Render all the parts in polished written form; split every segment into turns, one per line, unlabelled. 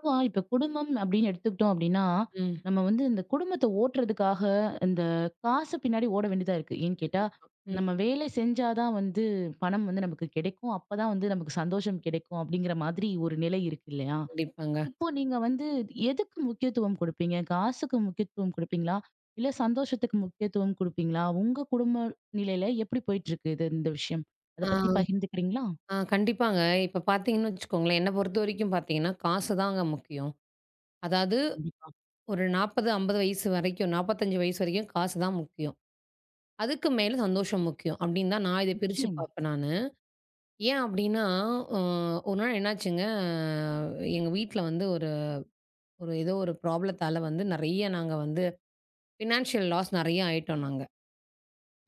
ஆமா, இப்ப குடும்பம் அப்படின்னு எடுத்துக்கிட்டோம் அப்படின்னா,
ம்.
நம்ம வந்து இந்த குடும்பத்த ஓட்டுறதுக்காக இந்த காசு பின்னாடி ஓட வேண்டியதா இருக்கு. ஏன்னு கேட்டா,
கண்டிப்பா. ம்.
நம்ம வேலை செஞ்சா தான் வந்து பணம் வந்து நமக்கு கிடைக்கும். அப்பதான் வந்து நமக்கு சந்தோஷம் கிடைக்கும் அப்படிங்கிற மாதிரி ஒரு நிலை இருக்கு இல்லையா?
கண்டிப்பாங்க.
இப்போ நீங்க வந்து எதுக்கு முக்கியத்துவம் குடுப்பீங்க? காசுக்கு முக்கியத்துவம் குடுப்பீங்களா? இல்ல சந்தோஷத்துக்கு முக்கியத்துவம் குடுப்பீங்களா? உங்க குடும்ப நிலையில எப்படி போயிட்டு இருக்கு இந்த விஷயம்? அத
ஆ,
பத்தி பகிர்ந்துக்கிறீங்களா?
ஆ கண்டிப்பாங்க. இப்ப பார்த்தீங்கன்னு வச்சுக்கோங்களேன், என்ன பொறுத்தவரைக்கும் பார்த்தீங்கன்னா, காசு தாங்க முக்கியம். அதாவது
கண்டிப்பா.
ஒரு 40, 50 வயசு வரைக்கும், 45 வயசு வரைக்கும் காசு தான் முக்கியம். அதுக்கு மேல சந்தோஷம் முக்கியம். அப்படின்னு தான் நான் இத பிரிச்சு
நிச்சயமா.
பார்ப்பேன் நானு. ஏன் அப்படின்னா, அ ஒரு நாள் என்னாச்சுங்க, எங்க வீட்ல வந்து ஒரு ஒரு ஏதோ ஒரு ப்ராப்ளத்தால வந்து நெறைய நாங்க வந்து ஃபினான்ஷியல் லாஸ் நெறைய ஆயிட்டோம் நாங்க.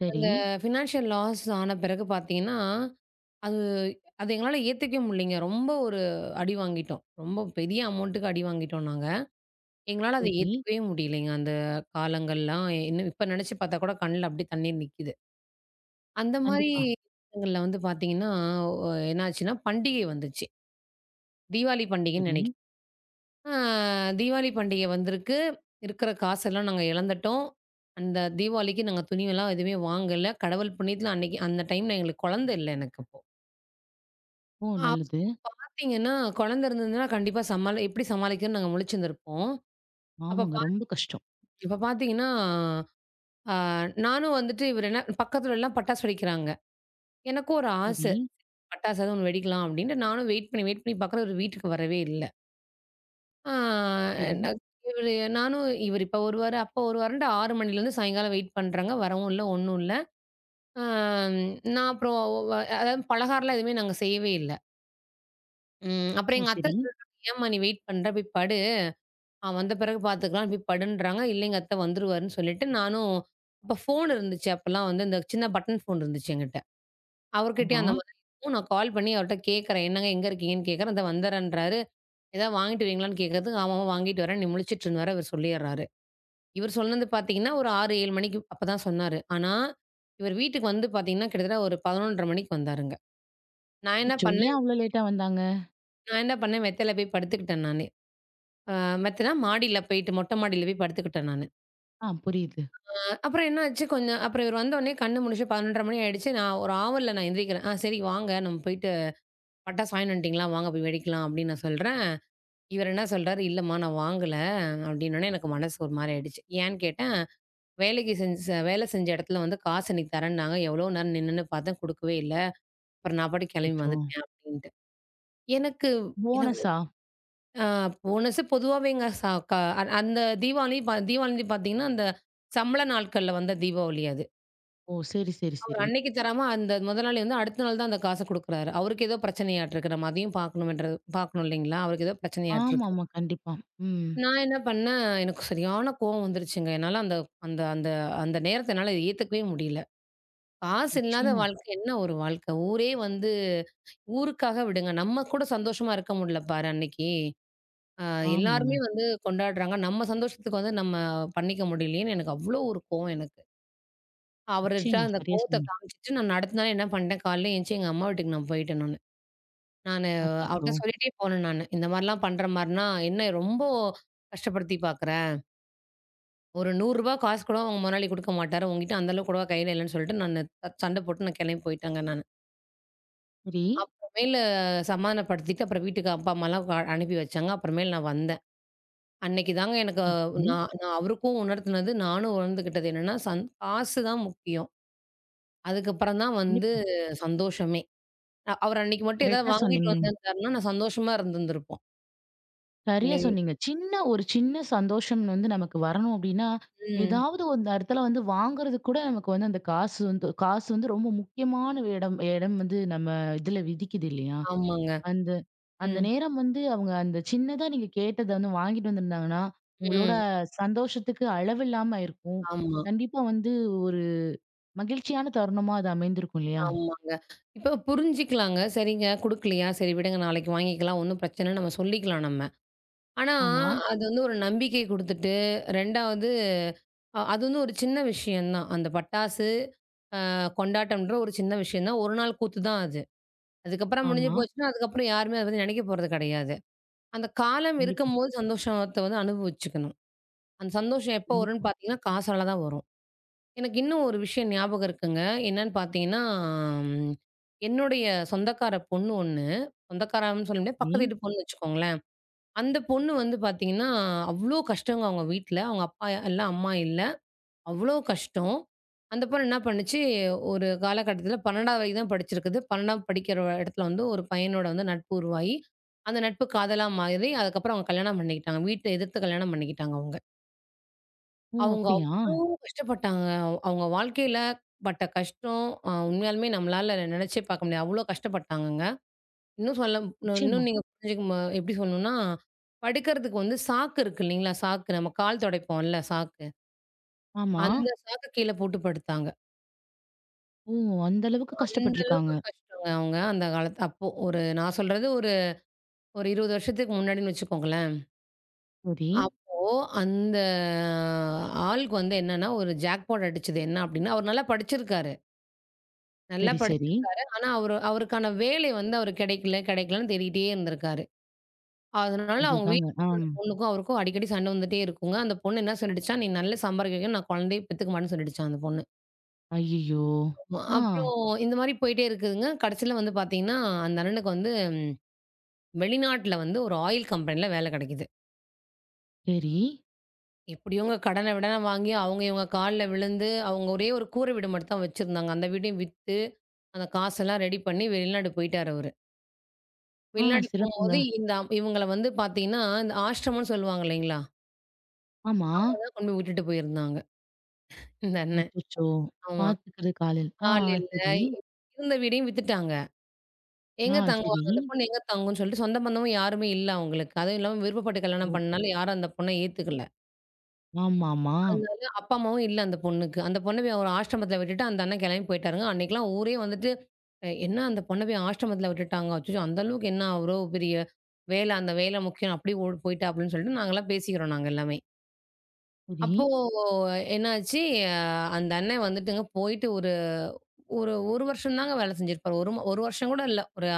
சரி,
அந்த ஃபினான்ஷியல் லாஸ் ஆன பிறகு பார்த்தீங்கன்னா அது அது எங்களால ஏத்துக்கவே முடியலைங்க. ரொம்ப ஒரு அடி வாங்கிட்டோம். ரொம்ப பெரிய அமௌண்ட்டுக்கு அடி வாங்கிட்டோம் நாங்க. எங்களால அத
சரி.
ஏத்துக்கவே முடியலைங்க. அந்த காலங்கள்லாம் இன்னும் இப்ப நெனச்சு பார்த்தா கூட கண்ல அப்படியே தண்ணீர் நிக்குது. அந்த மாரி
கண்டிப்பா.
விஷயங்கள்ல வந்து பார்த்தீங்கன்னா, என்னாச்சுன்னா பண்டிகை வந்துச்சு. தீபாவளி பண்டிகைன்னு
சரி.
நெனைக்கிறேன். ஆ தீபாவளி பண்டிகை வந்திருக்கு. இருக்கிற காசெல்லாம் நாங்க இழந்துட்டோம். அந்த தீபாவளிக்கு நாங்க துணியெல்லாம் எதுவுமே வாங்கல. கடவுள் புண்ணியத்துல அன்னைக்கு அந்த டைம்ல எங்களுக்கு குழந்தை இல்ல எனக்கு அப்போ.
ஓ! நல்லது.
அப்போ பார்த்தீங்கன்னா, குழந்தை இருந்திருந்ததுன்னா கண்டிப்பா எப்படி சமாளிக்கன்னு நாங்க முழிச்சிருந்திருப்போம். அப்ப
ஆமாங்க.
பாத்
ரொம்ப கஷ்டம்.
அப்ப பார்த்தீங்கன்னா, அ நானும் வந்துட்டு இவரு என்ன பக்கத்துல எல்லாம் பட்டாசு வெடிக்கிறாங்க. எனக்கும் ஒரு ஆச.
சரி,
பட்டாசாவது ஒண்ணு வெடிக்கலாம் அப்டின்ட்டு நானும் வெயிட் பண்ணி, வெயிட் பண்ணி பார்க்குறேன் இவரு வீட்டுக்கு வரவே இல்ல. ஆ
சரி.
ந இவரு நானும் இவரு இப்ப வருவாரு, அப்போ வருவாருன்ட்டு 6 மணிலேருந்து சாயங்காலம் வெயிட் பண்றாங்க. வரவும் இல்ல, ஒண்ணும் இல்ல. அ நான் அப்புறம் அதாவது பலகாரம்லாம் எதுவுமே நாங்க செய்யவே இல்ல. அப்புறம்
ஓ!
எங்க அத்த
சரி.
சொல்றாங்க, "ஏம்மா நீ வெயிட் பண்ற? போய் படு." வந்த பிறகு பார்த்துக்கலாம் போய் படுன்றாங்க. இல்லைங்க அத்தை வந்துருவாருன்னு சொல்லிட்டு, நானும் அப்ப ஃபோன் இருந்துச்சு. அப்பலாம் வந்து இந்த சின்ன பட்டன் ஃபோன் இருந்துச்சு என்கிட்ட. அவர்கிட்டயும்
ஆமா.
அந்த மாதிரி இருக்கும். நான் கால் பண்ணி அவர்ட்ட கேட்கறேன். "என்னங்க எங்க இருக்கீங்கன்னு?" கேட்கறேன். "இதோ வந்துர்றேன்றாரு." "ஏதாவது வாங்கிட்டு வரீங்களான்னு?" கேட்கறதுக்கு, "ஆமாமா வாங்கிட்டு வரேன். நீ முழிச்சிட்டுருன்னு" வேற இவர் சொல்லிர்றாரு. இவர் சொன்னது பார்த்தீங்கன்னா, ஒரு 6, 7 மணிக்கு அப்பதான் சொன்னாரு. ஆனா, இவர் வீட்டுக்கு வந்து பார்த்தீங்கன்னா, கிட்டத்தட்ட ஒரு 11:30 மணிக்கு வந்தாருங்க. நான் என்ன ம்.
அச்சச்சோ! ஏன்
பண்ணேன்
அவ்ளோ லேட்டா வந்தாங்க?
நான் என்ன பண்ணேன் மெத்தையில போய் படுத்துக்கிட்டேன் நானு. அ மெத்தைனா மாடியில போயிட்டு மொட்டை மாடியில போய் படுத்துக்கிட்டேன் நானு.
ஆ புரியுது.
அப்புறம் என்னாச்சு கொஞ்சம் அப்புறம் இவரு வந்தோனே கண்ணு முழிச்சு 11:30 மணி ஆயிடுச்சு. நான் ஒரு ஆவல்ல நான் எந்திரிக்கிறேன். "ஆ சரி வாங்க, நம்ம போயிட்டு பட்டாசு வாங்கின்னு வந்துட்டீங்களா? வாங்க போய் வெடிக்கலாம்" அப்படின்னு நான் சொல்றேன். இவரு என்ன சொல்றாரு, "இல்லம்மா நான் வாங்கல" அப்படின்னோனே எனக்கு மனசு ஒரு மாரி ஆயிடுச்சு. ஏன்னு கேட்டேன், வேலைக்கு செஞ்ச வேலை செஞ்ச இடத்துல வந்து காசு இன்னைக்கு தரேன்னாங்க. எவ்வளோ நேரம் நின்னுன்னு பார்த்தேன் குடுக்கவே இல்ல. அப்புறம் நான் பாட்டுக்கு கிளம்பி
அச்சச்சோ!
வந்துட்டேன் அப்படின்ட்டு. எனக்கு எனக்கு
போனஸா?
அ போனஸு பொதுவாவேங்க ச க அந்த தீபாவளி பார்த்தீங்கன்னா, அந்த சம்பள நாட்கள்ல வந்த தீபாவளி அது.
ஓ! சரி, சரி,
அவரு
சரி.
அன்னைக்கு தராம, அந்த முதலாளி வந்து அடுத்த நாள் தான் அந்த காச குடுக்குறாரு. அவருக்கு ஏதோ பிரச்சனையாட்ருக்கு. நம்ம அதையும் பார்க்கணும் இல்லைங்களா? அவருக்கு ஏதோ பிரச்சனையாட்ருக்கு.
ஆமாமா. கண்டிப்பா. ம்.
நான் என்ன பண்ணேன், எனக்கு சரியான கோவம் வந்துருச்சுங்க. என்னால அந்த அந்த அந்த அந்த நேரத்த என்னால ஏத்துக்கவே முடியல. காசு இல்லாத
நிச்சயமா.
வாழ்க்கை என்ன ஒரு வாழ்க்கை? ஊரே வந்து ஊருக்காக விடுங்க. நம்ம கூட சந்தோஷமா இருக்க முடியல பாரு அன்னைக்கு. அ எல்லாருமே
ஆமாங்க.
வந்து கொண்டாடுறாங்க. நம்ம சந்தோஷத்துக்கு வந்து நம்ம பண்ணிக்க முடியலையேன்னு எனக்கு அவ்ளோ ஒரு கோவம் எனக்கு. அவர்ட்ட
நிச்சயமா.
அந்த
சரியா
கோவத்த
சொன்னீங்க.
காமிச்சுட்டு, நான் அடுத்த நாள் என்ன பண்ணிட்டேன், காலையில எந்திச்சு எங்க அம்மா வீட்டுக்கு நான் போயிட்டேன் நானு. நானு
அச்சச்சோ!
அவர்ட்ட சொல்லிட்டே போனேன் நானு. இந்த மாரிலாம் பண்ற மாரினா, என்ன ரொம்ப கஷ்டப்படுத்தி பார்க்குற. ஒரு ரூ. 100 காசு கூட உங்க முதலாளி குடுக்க மாட்டாரு. உன்கிட்ட அந்த அளவு கூடவா கையில இல்லன்னு சொல்லிட்டு, நானு சண்டை போட்டு நான் கிளம்பி போயிட்டேங்க நானு.
சரி.
அப்புறமேலு சமாதானப்படுத்திட்டு, அப்புறம் வீட்டுக்கு அப்பா, அம்மாலாம் அனுப்பி வச்சாங்க. அப்புறமேல் நான் வந்தேன். அன்னைக்கு தாங்க எனக்கு
ஆ சரி.
நான் நான் அவருக்கும் உணர்த்தினது, நானும் உணர்ந்துக்கிட்டது என்னன்னா, காசு தான் முக்கியம். அதுக்கப்புறம் தான் வந்து
கண்டிப்பா.
சந்தோஷமே. அவர் அன்னைக்கு மட்டும் ஏதாவது
கரெக்ட்டா
வாங்கிட்டு
சொன்னீங்க.
வந்திருந்தாருன்னா, நான் சந்தோஷமா இருந்திருந்திருப்போம்.
சரியா
இல்லைங்
சொன்னீங்க. ஒரு சின்ன சந்தோஷம் வந்து நமக்கு வரணும் அப்டின்னா,
ம்.
ஏதாவது ஒரு இடத்துல வந்து வாங்குறதுக்கு கூட நமக்கு வந்து அந்த காசு வந்து ரொம்ப முக்கியமான இடம் இடம் வந்து நம்ம இதுல விதிக்குது இல்லையா?
ஆமாங்க.
அந்த அந்த
ம்.
நேரம் வந்து அவங்க அந்த சின்னதா நீங்க கேட்டத வந்து வாங்கிட்டு வந்திருந்தாங்கன்னா, உங்களோட
ம்.
சந்தோஷத்துக்கு அளவில்லாம இருக்கும்.
ஆமா,
கண்டிப்பா வந்து ஒரு மகிழ்ச்சியான தருணமா அது அமைந்திருக்கும் இல்லையா?
ஆமாங்க. இப்ப புரிஞ்சுக்கலாங்க. சரிங்க குடுக்கலையா, சரி விடுங்க நாளைக்கு வாங்கிக்கலாம். ஒண்ணும் பிரச்சனை நம்ம சொல்லிக்கலாம் நம்ம. ஆனா,
ஆமா,
அது வந்து ஒரு நம்பிக்கை குடுத்துட்டு, 2வது அது வந்து ஒரு சின்ன விஷயம் தான். அந்த பட்டாசு, கொண்டாட்டம்ன்ற ஒரு சின்ன விஷயம் தான். ஒரு நாள் கூத்து தான் அது. அதுக்கப்புறம் முடிஞ்சு
ஆமா.
போச்சுன்னா, அதுக்கப்புறம் யாருமே அத பத்தி நினைக்க போறது கிடையாது. அந்த காலம்
கண்டிப்பா,
இருக்கும்போது சந்தோஷத்த வந்து அனுபவிச்சுக்கணும். அந்த சந்தோஷம் எப்போ வரும்ன்னு
கண்டிப்பா.
பார்த்தீங்கன்னா, காசால தான் வரும். எனக்கு இன்னும் ஒரு விஷயம் ஞாபகம் இருக்குங்க. என்னன்னு பார்த்தீங்கன்னா, ம் என்னுடைய சொந்தக்கார பொண்ணு ஒண்ணு, சொந்தக்காரன்னு சொல்ல முடியாது. பக்கத்து
ஏன்?
வீட்டு பொண்ணு வச்சுக்கோங்களேன். அந்த பொண்ணு வந்து பார்த்தீங்கன்னா, அவ்ளோ கஷ்டங்க அவங்க வீட்ல. அவங்க அப்பா இல்ல, அம்மா இல்ல. அவ்ளோ கஷ்டம். அந்த பொண்ணு என்ன பண்ணுச்சு, ஒரு காலகட்டத்தில 12வது வரைக்கும் தான் படிச்சிருக்குது. 12வது படிக்கிற இடத்துல வந்து ஒரு பையனோட வந்து நட்பு உருவாகி, அந்த நட்பு காதலா மாறி, அதுக்கப்புறம் அவங்க கல்யாணம் பண்ணிக்கிட்டாங்க. வீட்ட எதிர்த்து கல்யாணம் பண்ணிக்கிட்டாங்க அவங்க.
ஓ!
அவங்க
அப்படியா?
கஷ்டப்பட்டாங்க. அவங்க வாழ்க்கையில பட்ட கஷ்டம், உண்மையாலுமே நம்மளால நெனச்சே பார்க்க முடியாது. அவ்ளோ கஷ்டப்பட்டாங்கங்க. இன்னும் சொல்ல இன்னும்
நிச்சயமா.
இன்னும் நீங்க புரிஞ்சுக்க எப்படி சொல்லணும்னா, படுக்கிறதுக்கு வந்து சாக்கு இருக்கு இல்லைங்களா? சாக்கு நம்ம கால் துடைப்போம்ல சாக்கு.
ஆமா.
அந்த சாக்கு கீழ போட்டு படுத்தாங்க.
ஓ! அந்த அளவுக்கு
அந்த அளவுக்கு
கஷ்டப்பட்டுருக்காங்க.
கஷ்டங்க அவங்க அந்த காலத்து அப்போ ஒரு நான் சொல்றது ஒரு ஒரு 20 வருஷத்துக்கு முன்னாடின்னு வச்சுக்கோங்களேன்.
சரி,
அப்போ அந்த ஆளுக்கு வந்து என்னன்னா, ஒரு ஜாக்பாட் அடிச்சது. என்ன அப்படின்னா, அவர் நல்லா படிச்சிருக்காரு. நல்லா
சரி, சரி.
படிச்சிருக்காரு. ஆனா, அவரு அவருக்கான வேலை வந்து அவரு கெடைக்கல, கெடைக்கலன்னு தேடிக்கிட்டே இருந்திருக்காரு. அதனால அவங்க
அதுதாங்க.
வீட்டுக்கும், அந்த
ஆம்.
பொண்ணுக்கும் அவருக்கும் அடிக்கடி சண்டை வந்துட்டே இருக்குங்க. அந்த பொண்ணு என்ன சொல்லிடுச்சா, "நீ நல்லா சம்பாரிக்க வைக்கணும், நான் குழந்தையே பெத்துக்க மாட்டேன்னு" சொல்லிடுச்சாம் அந்த பொண்ணு.
ஐயய்யோ!
ஆமா,
ஆ.
அப்புறம் இந்த மாரி போயிட்டே இருக்குதுங்க. கடைசில வந்து பாத்தீங்கன்னா, அந்த அண்ணனுக்கு வந்து வெளிநாட்ல வந்து ஒரு ஆயில் கம்பெனில வேலை கெடைக்குது.
சரி.
எப்படியோங்க கடன விடன வாங்கி, அவங்க இவங்க கால்ல விழுந்து, அவங்க ஒரே ஒரு கூரை வீடு மட்டும் தான் வச்சிருந்தாங்க. அந்த வீடையும் வித்து, அந்த காசெல்லாம் ரெடி பண்ணி வெளிநாடு போயிட்டாரு அவரு.
ஆ
வெளிநாடு
சிறப்புங்க.
போம்போது இந்த இவங்கள வந்து பார்த்தீங்கன்னா, இந்த ஆஷ்ரமம்ன்னு சொல்லுவாங்க இல்லைங்களா?
ஆமா.
அங்க தான் கொண்டு போய் விட்டுட்டு போயிருந்தாங்க. இந்த அண்ணன்.
அச்சச்சோ!
ஆமா.
பார்த்துக்கிறதுக்கு ஆள் இல்ல. ஆ
ஆள் இல்ல.
சரி.
இருந்த வீடையும் வித்துட்டாங்க. எங்க
ஆ சரி.
தங்குவாங்க? அந்த பொண்ணு எங்க தங்கும்ன்னு சொல்லிட்டு சொந்த பந்தமும் யாருமே இல்ல அவங்களுக்கு. அதுவும் இல்லாம விருப்பப்பட்டு கல்யாணம்
ஓ!
பண்ணனால யாரும் அந்த பொண்ண ஏத்துக்கல.
ஆமாமா.
அதனால அப்பா, அம்மாவும் இல்ல அந்த பொண்ணுக்கு. அந்த பொண்ண போய் ஒரு ஆஷ்ரமத்தில விட்டுட்டு அந்த அண்ணன் கெளம்பி போயிட்டாருங்க. அன்னைக்கெல்லாம் ஊரே வந்துட்டு, "என்ன அந்த பொண்ண போய் ஆஷ்ரமத்தில விட்டுட்டாங்க. அச்சச்சோ! அந்த அளவுக்கு என்ன அவ்ளோ பெரிய அந்த வேல முக்கியம். அப்படியே ஓடி போயிட்டா" அப்படின்னு சொல்லிட்டு நாங்கலாம் பேசிக்கிறோம் நாங்க எல்லாமே.
சரி,
அப்போ என்னாச்சு, அ அந்த அண்ணன் வந்துட்டுங்க போயிட்டு ஒரு ஒரு 1 வருஷம் தாங்க வேலை செஞ்சிருப்பாரு. ஒரு 1 வருஷம் கூட இல்ல. ஒரு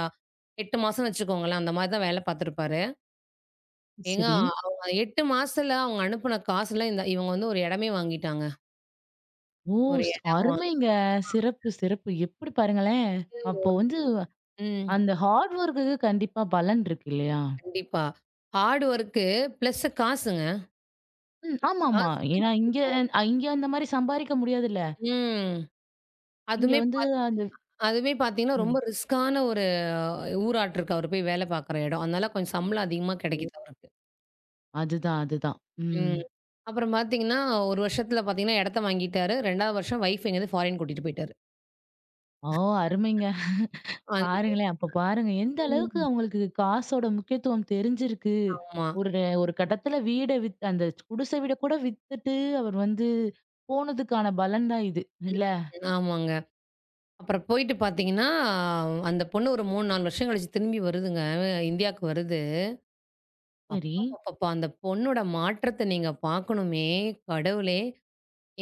8 மாசம்னு வச்சுக்கோங்களேன். அந்த மாரி தான் வேலை பார்த்துருப்பாரு. ஏங்க
சரி.
அவங்க 8 மாசத்துல அவங்க அனுப்புன காசுல இந்த இவங்க வந்து ஒரு இடமே வாங்கிட்டாங்க.
ஓ!
ஒரு இடம் வாங்கிட்டு
அருமைங்க. சிறப்பு, சிறப்பு. எப்படி பாருங்களேன். அப்போ வந்து
ம்.
அந்த ஹார்ட் ஒர்க்குக்கு கண்டிப்பா பலன் இருக்கு இல்லையா?
கண்டிப்பா. ஹார்ட் ஒர்க்கு பிளஸ் காசுங்க.
ம். ஆமாமா.
காசுக்கு
ஏன்னா இங்க
முக்கியத்துவம்.
இங்க அந்த மாரி சம்பாரிக்க முடியாதுல்ல.
ம்.
இங்க
அதுமே
வந்து
பாத்
அந்த
அதுமே பார்த்தீங்கன்னா, ரொம்ப
ம்.
ரிஸ்க்கான ஒரு ஊராட்டு இருக்கு அவரு போய் வேலை பார்க்குற இடம். அதனால கொஞ்சம் சம்பளம் அதிகமா கிடைக்குது அவருக்கு.
அதுதான், அதுதான். ம்.
ம். அப்புறம் பார்த்தீங்கன்னா, 1 வருஷத்துல பார்த்தீங்கன்னா இடத்த வாங்கிட்டாரு. 2வது வருஷம் வைஃப் எங்கேயாவது ஃபாரின் கூட்டிட்டு போயிட்டாரு.
ஓ! அருமைங்க.
அந்த
பாருங்களேன், அப்ப பாருங்க. எந்த அளவுக்கு
ம்.
அவங்களுக்கு காசோட முக்கியத்துவம் தெரிஞ்சிருக்கு.
ஆமா.
ஒரு ஒரு கட்டத்துல வீட வித் அந்த குடிசை வீட கூட வித்துட்டு, அவர் வந்து போனதுக்கான பலன் தான் இது. இல்ல?
ஆமாங்க. அப்புறம் போயிட்டு பார்த்தீங்கன்னா, அந்த பொண்ணு ஒரு 3, 4 வருஷம் கழிச்சு திரும்பி வருதுங்க. இந்தியாவுக்கு வருது.
சரி.
அப்பப்பப்பப்பா! அந்த பொண்ணோட மாற்றத்த நீங்க பார்க்கணுமே! கடவுளே!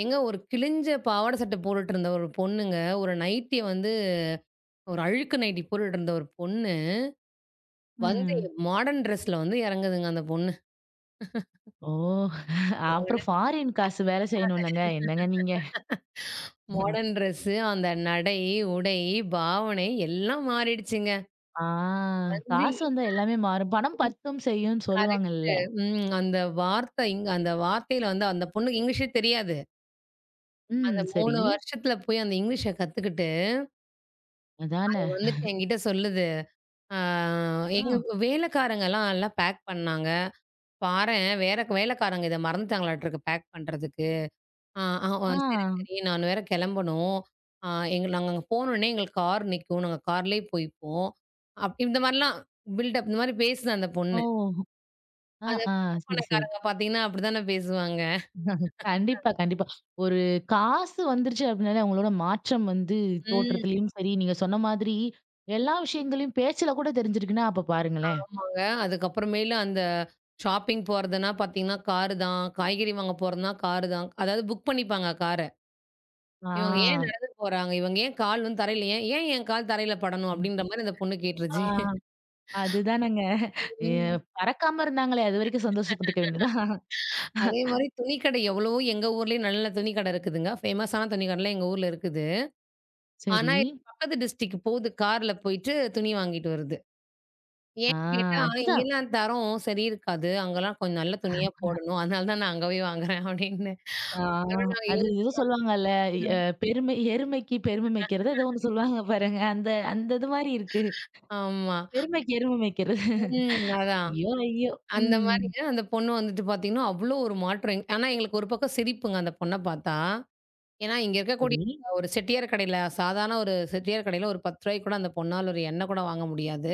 ஏங்க ஒரு கிழிஞ்ச பாவாடை சட்டை போட்டுட்டு இருந்த ஒரு பொண்ணுங்க, ஒரு நைட்டிய வந்து ஒரு அழுக்கு நைட்டி போட்டுட்டு இருந்த ஒரு பொண்ணு, வந்து
ம்.
மாடர்ன் ட்ரெஸ்ல வந்து இறங்குதுங்க அந்த பொண்ணு.
ஓ! அப்புறம் ஃபாரின் காசு வேல செய்யணும்லங்க. என்னங்க நீங்க?
மாடர்ன் ட்ரெஸ்ஸு, அந்த நடை, உடை, பாவனை எல்லாம் மாறிடுச்சுங்க.
ஆ
வந்து
காசு வந்தா எல்லாமே மாறும். "பணம் பத்தும் செய்யும்ன்னு" சொல்லுவாங்கல்ல.
அந்த வார்த்தையில வந்து அந்த பொண்ணுக்கு இங்கிலீஷே தெரியாது. அந்த
ம். சரி.
3 வருஷத்துல போய் அந்த இங்கிலீஷ கத்துக்கிட்டு,
அதானே.
வந்துட்டு என்கிட்ட சொல்லுது. ஆ
ஆ.
எங்க வேலைக்காரங்கலாம் எல்லாம் எல்லாம் பேக் பண்ணாங்க. பாரேன் வேற வேலைக்காரங்க இத மறந்துட்டாங்களாட்ருக்கு பேக் பண்றதுக்கு. ஆ, ஆ, ஆ
ஆ.
சரி, சரி. நான் வேற கிளம்பணும். ஆ எங்க நாங்க அங்க போனோனே எங்களுக்கு கார் நிக்கும். நாங்க கார்லயே போய்ப்போம். இந்த மாரிலாம் பில்டப் இந்த மாரி பேசுது அந்த
ஓ!
பொண்ணு.
ஆ,
அந்த
ஆ.
புது
சரி, சரி.
பணக்காரங்க பார்த்தீங்கன்னா, அப்படித்தானே பேசுவாங்க.
கண்டிப்பா, கண்டிப்பா. ஒரு காசு வந்துருச்சு அப்படின்னாலே அவங்களோட மாற்றம் வந்து
ம்.
தோற்றத்திலயும் சரி, நீங்க சொன்ன மாதிரி எல்லா விஷயங்களையும் பேச்சுல கூட தெரிஞ்சிருக்குன்னா, அப்ப பாருங்களேன்.
ஆமாங்க. அதுக்கப்புறமேலு அந்த ஷாப்பிங் போறதுன்னா பார்த்தீங்கன்னா, காரு தான். காய்கறி வாங்க போறதுன்னா காரு தான். அதாவது புக் பண்ணிப்பாங்க கார. இவங்க ஏன்
ஆ.
நடந்து போறாங்க? இவங்க ஏன் கால் வந்து தரையில ஏன் ஏன் என் கால் தரையில படணும்? அப்படின்ற மாரி அந்த பொண்ணு கேட்டுருச்சு.
ஆ. அதுதானங்க. எ
ம்.
பறக்காம இருந்தாங்களே, அதுவரைக்கும் சந்தோஷப்பட்டுக்க வேண்டியதுதான்.
அதே மாரி துணிக்கடை எவ்வளவோ எங்க ஊர்லயே நல்ல நல்ல துணிக்கடை இருக்குதுங்க. ஃபேமஸான துணிக்கடைலாம் எங்க ஊர்ல இருக்குது.
சரி.
ஆனா, இது பக்கத்து டிஸ்ட்ரிக்ட் போகுது. கார்ல போயிட்டு துணி வாங்கிட்டு வருது.
ஆ
ஏன்னு கேட்டா,
அதுதான்.
இங்கலாம் தரம் சரி இருக்காது. அங்கலாம் கொஞ்சம் நல்ல துணியா போடணும். அதனால தான் நான் அங்க போய் வாங்குறேன் அப்படின்னு.
ஆ
அப்புறம் நான்
அது ஏதோ சொல்லுவாங்கல்ல, எ பெருமை எருமைக்கு பெருமை மேய்க்கிறதோ ஏதோ ஒண்ணு சொல்லுவாங்க பாருங்க. அந்த அந்த இது மாரி இருக்கு.
ஆமா.
பெருமைக்கு எருமை மேய்க்கிறது.
ம். அதான்.
ஐயோ! ஐயோ!
அந்த
ம்.
மாரிங்க அந்த பொண்ணு வந்துட்டு பார்த்தீங்கன்னா, அவ்ளோ ஒரு மாற்றம். ஆனா எங்களுக்கு ஒரு பக்கம் சிரிப்புங்க அந்த பொண்ண பார்த்தா. ஏன்னா இங்க இருக்கக்கூடிய
சரி.
ஒரு செட்டியார் கடையில சாதாரண ஒரு செட்டியார் கடையில ஒரு ரூ. 10 கூட அந்த பொண்ணால ஒரு எண்ணெய் கூட வாங்க முடியாது.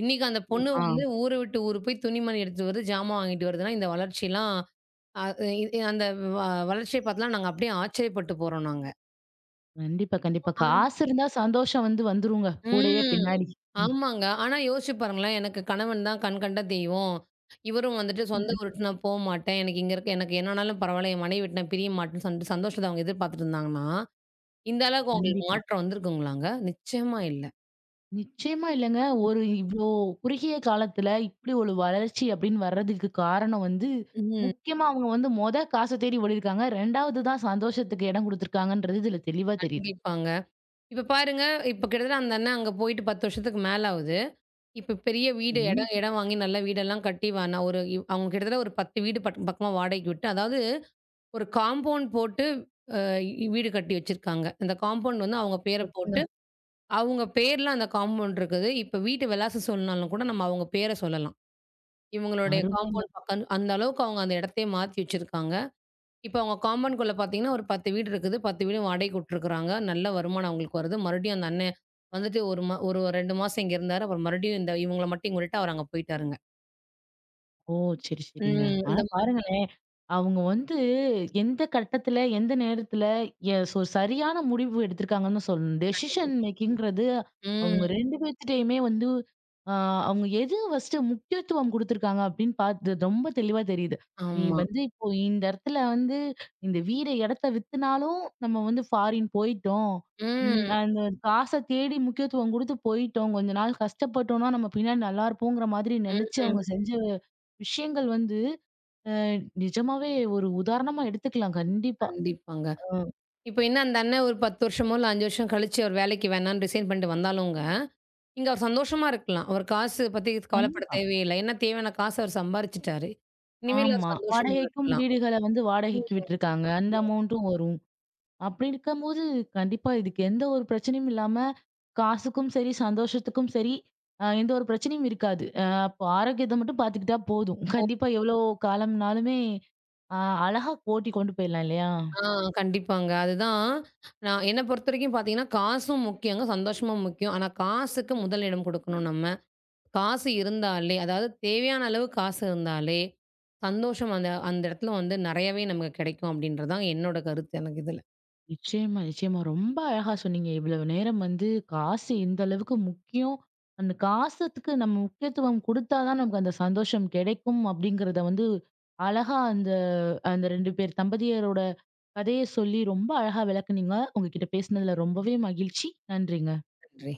இன்னைக்கு அந்த
அ
பொண்ணு
ஆ.
வந்து ஊர விட்டு ஊர் போய் துணிமணி எடுத்துட்டு வருது, ஜாமான் வாங்கிட்டு வருதுன்னா, இந்த வளர்ச்சிலாம் அ இ அந்த வ வளர்ச்சிய பார்த்துலாம் நாங்க அப்படியே ஆச்சரியப்பட்டு போறோம் நாங்க.
கண்டிப்பா, கண்டிப்பா. காசு இருந்தா சந்தோஷம் வந்து வந்துருங்க. கூடயே
ம்.
பின்னாடி. ம்,
ஆமாங்க. ஆனா யோசிச்சு பாருங்களேன், எனக்கு கணவன் தான் கண் கண்ட தெய்வம். இவரும் வந்துட்டு
ம்.
சொந்த
ம்.
ஊருக்கு நான் போமாட்டேன். எனக்கு இங்க இருக்க எனக்கு என்ன ஆனாலும் பரவால்ல. என் மனைவி விட்டு நான் பிரிய மாட்டேன்னு சொல்லிட்டு சந்தோஷத்த அவங்க எதிர்பார்த்துட்டு இருந்தாங்கன்னா, இந்த அளவுக்கு அவங்களுக்கு
கண்டிப்பா.
மாற்றம் வந்திருக்குங்களாங்க? நிச்சயமா இல்ல.
நிச்சயமா இல்லங்க. ஒரு இவ்ளோ குறுகிய காலத்துல இப்டி ஒரு வளர்ச்சி அப்டின்னு வர்றதுக்கு காரணம் வந்து,
ம்.
முக்கியமா அவங்க வந்து மொத காச தேடி ஓடிருக்காங்க. 2வது தான் சந்தோஷத்துக்கு இடம் குடுத்துருக்காங்கன்றது இதுல தெளிவா தெரியுது.
கண்டிப்பாங்க. இப்ப பாருங்க, இப்ப கிட்டத்தட்ட அந்த அண்ணன் அங்க போயிட்டு 10 வருஷத்துக்கு மேல ஆகுது. இப்ப பெரிய வீடு
சரி,
இடம் இடம் வாங்கி நல்ல வீடெல்லாம் கட்டி வ நான் ஒரு இவ் அவங்க கிட்டத்தட்ட ஒரு 10 வீடு பக்கம் பக்கமா வாடகைக்கு விட்டு, அதாவது ஒரு காம்பவுண்ட் போட்டு வீடு கட்டி வச்சிருக்காங்க. அந்த காம்பவுண்ட் வந்து அவங்க பேர
சிறப்புங்க.
போட்டு, அவங்க பேர்ல அந்த காம்பவுண்ட் இருக்குது. இப்ப வீட்டு விலாசம் சொன்னாலும் கூட நம்ம அவங்க பேர சொல்லலாம். இவங்களுடைய
அருமை.
காம்பவுண்ட் பக்கம் அந்த அளவுக்கு அவங்க அந்த இடத்தையே மாத்தி வச்சிருக்காங்க. இப்ப அவங்க காம்பவுண்ட்குள்ள பார்த்தீங்கன்னா, ஒரு 10 வீடு இருக்குது. 10 வீடும் வாடகைக்கு விட்டுருக்காங்க. நல்ல வருமானம் அவங்களுக்கு வருது. மறுபடியும் அந்த அண்ணன் வந்துட்டு ஒரு 2 மாசம் இங்க இருந்தாரு. அப்புறம் மறுபடியும் இவங்கள மட்டும் இங்க விட்டுட்டு அவரு அங்க போயிட்டாருங்க.
ஓ! சரி, சரிங்க.
ம்.
ஆனா பாருங்களேன், அவங்க வந்து எந்த கட்டத்துல, எந்த நேரத்துல சோ சரியான முடிவு எடுத்திருக்காங்கன்னு சொல்லணும். டெசிஷன் மேக்கிங்ன்றது
ம்.
அவங்க 2 பேத்துட்டயுமே வந்து அ அவங்க எது ஃபர்ஸ்ட்டு முக்கியத்துவம் குடுத்துருக்காங்க அப்படின்னு பார்த்து ரொம்ப தெளிவா தெரியுது. நீ
ஆமா.
வந்து இப்போ இந்த இடத்துல வந்து இந்த வீட, இடத்த வித்துனாலும் நம்ம வந்து ஃபாரின் போயிட்டோம்.
ம்.
அந்த காச தேடி முக்கியத்துவம் குடுத்து போயிட்டோம். கொஞ்ச நாள் கஷ்டப்பட்டோம்னா, நம்ம பின்னாடி நல்லா இருப்போங்கிற மாதிரி நெனச்சு
ம்.
அவங்க செஞ்ச விஷயங்கள் வந்து அ நிஜமாவே ஒரு உதாரணமா எடுத்துக்கலாம் கண்டிப்பா.
கண்டிப்பாங்க.
ஆ.
இப்ப என்ன அந்த அண்ணன் ஒரு 10 வருஷமோ, இல்ல 5 வருஷம் கழிச்சு அவர் வேலைக்கு வேணான்னு ரிசைன் பண்ணிட்டு வந்தாலுங்க, இங்க அவர் சந்தோஷமா இருக்கலாம். அவர் காசு பத்தி கவலைப்பட
கண்டிப்பா.
தேவையில்ல. ஏன்னா தேவையான காசு அவர் சம்பாரிச்சுட்டாரு. இனிமேல் அவர்
ஆமா.
சந்தோஷமா
வாடகைக்கும்
இருக்கலாம்.
வீடுகள வந்து
ம்,
வாடகைக்கு விட்டுருக்காங்க. அந்த
ம்.
அமௌண்ட்டும் வரும். அப்படி இருக்கும்போது கண்டிப்பா இதுக்கு எந்த ஒரு பிரச்சனையும் இல்லாம, காசுக்கும் சரி, சந்தோஷத்துக்கும் சரி, எந்த ஒரு பிரச்சனையும் இருக்காது. அப்போ ஆரோக்கியத்த மட்டும் பார்த்துக்கிட்டா போதும். கண்டிப்பா எவ்வளோ காலம்னாலுமே, அ அழகா ஓட்டி கொண்டு போயிடலாம் இல்லையா?
ஆ கண்டிப்பாங்க. அதுதான் நான் என்ன பொறுத்தவரைக்கும் பார்த்தீங்கன்னா, காசும் முக்கியங்க, சந்தோஷமும் முக்கியம். ஆனா காசுக்கு முதல் இடம் குடுக்கணும் நம்ம. காசு இருந்தாலே, அதாவது தேவையான அளவு காசு இருந்தாலே, சந்தோஷம் அந்த அந்த இடத்துல வந்து நெறையவே நமக்கு கிடைக்கும் அப்படின்றது தான் என்னோட கருத்து எனக்கு இதுல.
நிச்சயமா, நிச்சயமா. ரொம்ப அழகா சொன்னீங்க. இவ்வளவு நேரம் வந்து காசு இந்த அளவுக்கு முக்கியம். அந்த காசுத்துக்கு நம்ம முக்கியத்துவம் குடுத்தா தான் நமக்கு அந்த சந்தோஷம் கிடைக்கும் அப்படிங்கிறத வந்து அழகா அந்த அந்த 2 பேர் தம்பதியரோட கதைய சொல்லி ரொம்ப அழகா விளக்குனீங்க. உங்ககிட்ட பேசினதுல ரொம்பவே மகிழ்ச்சி. நன்றிங்க.
நன்றி.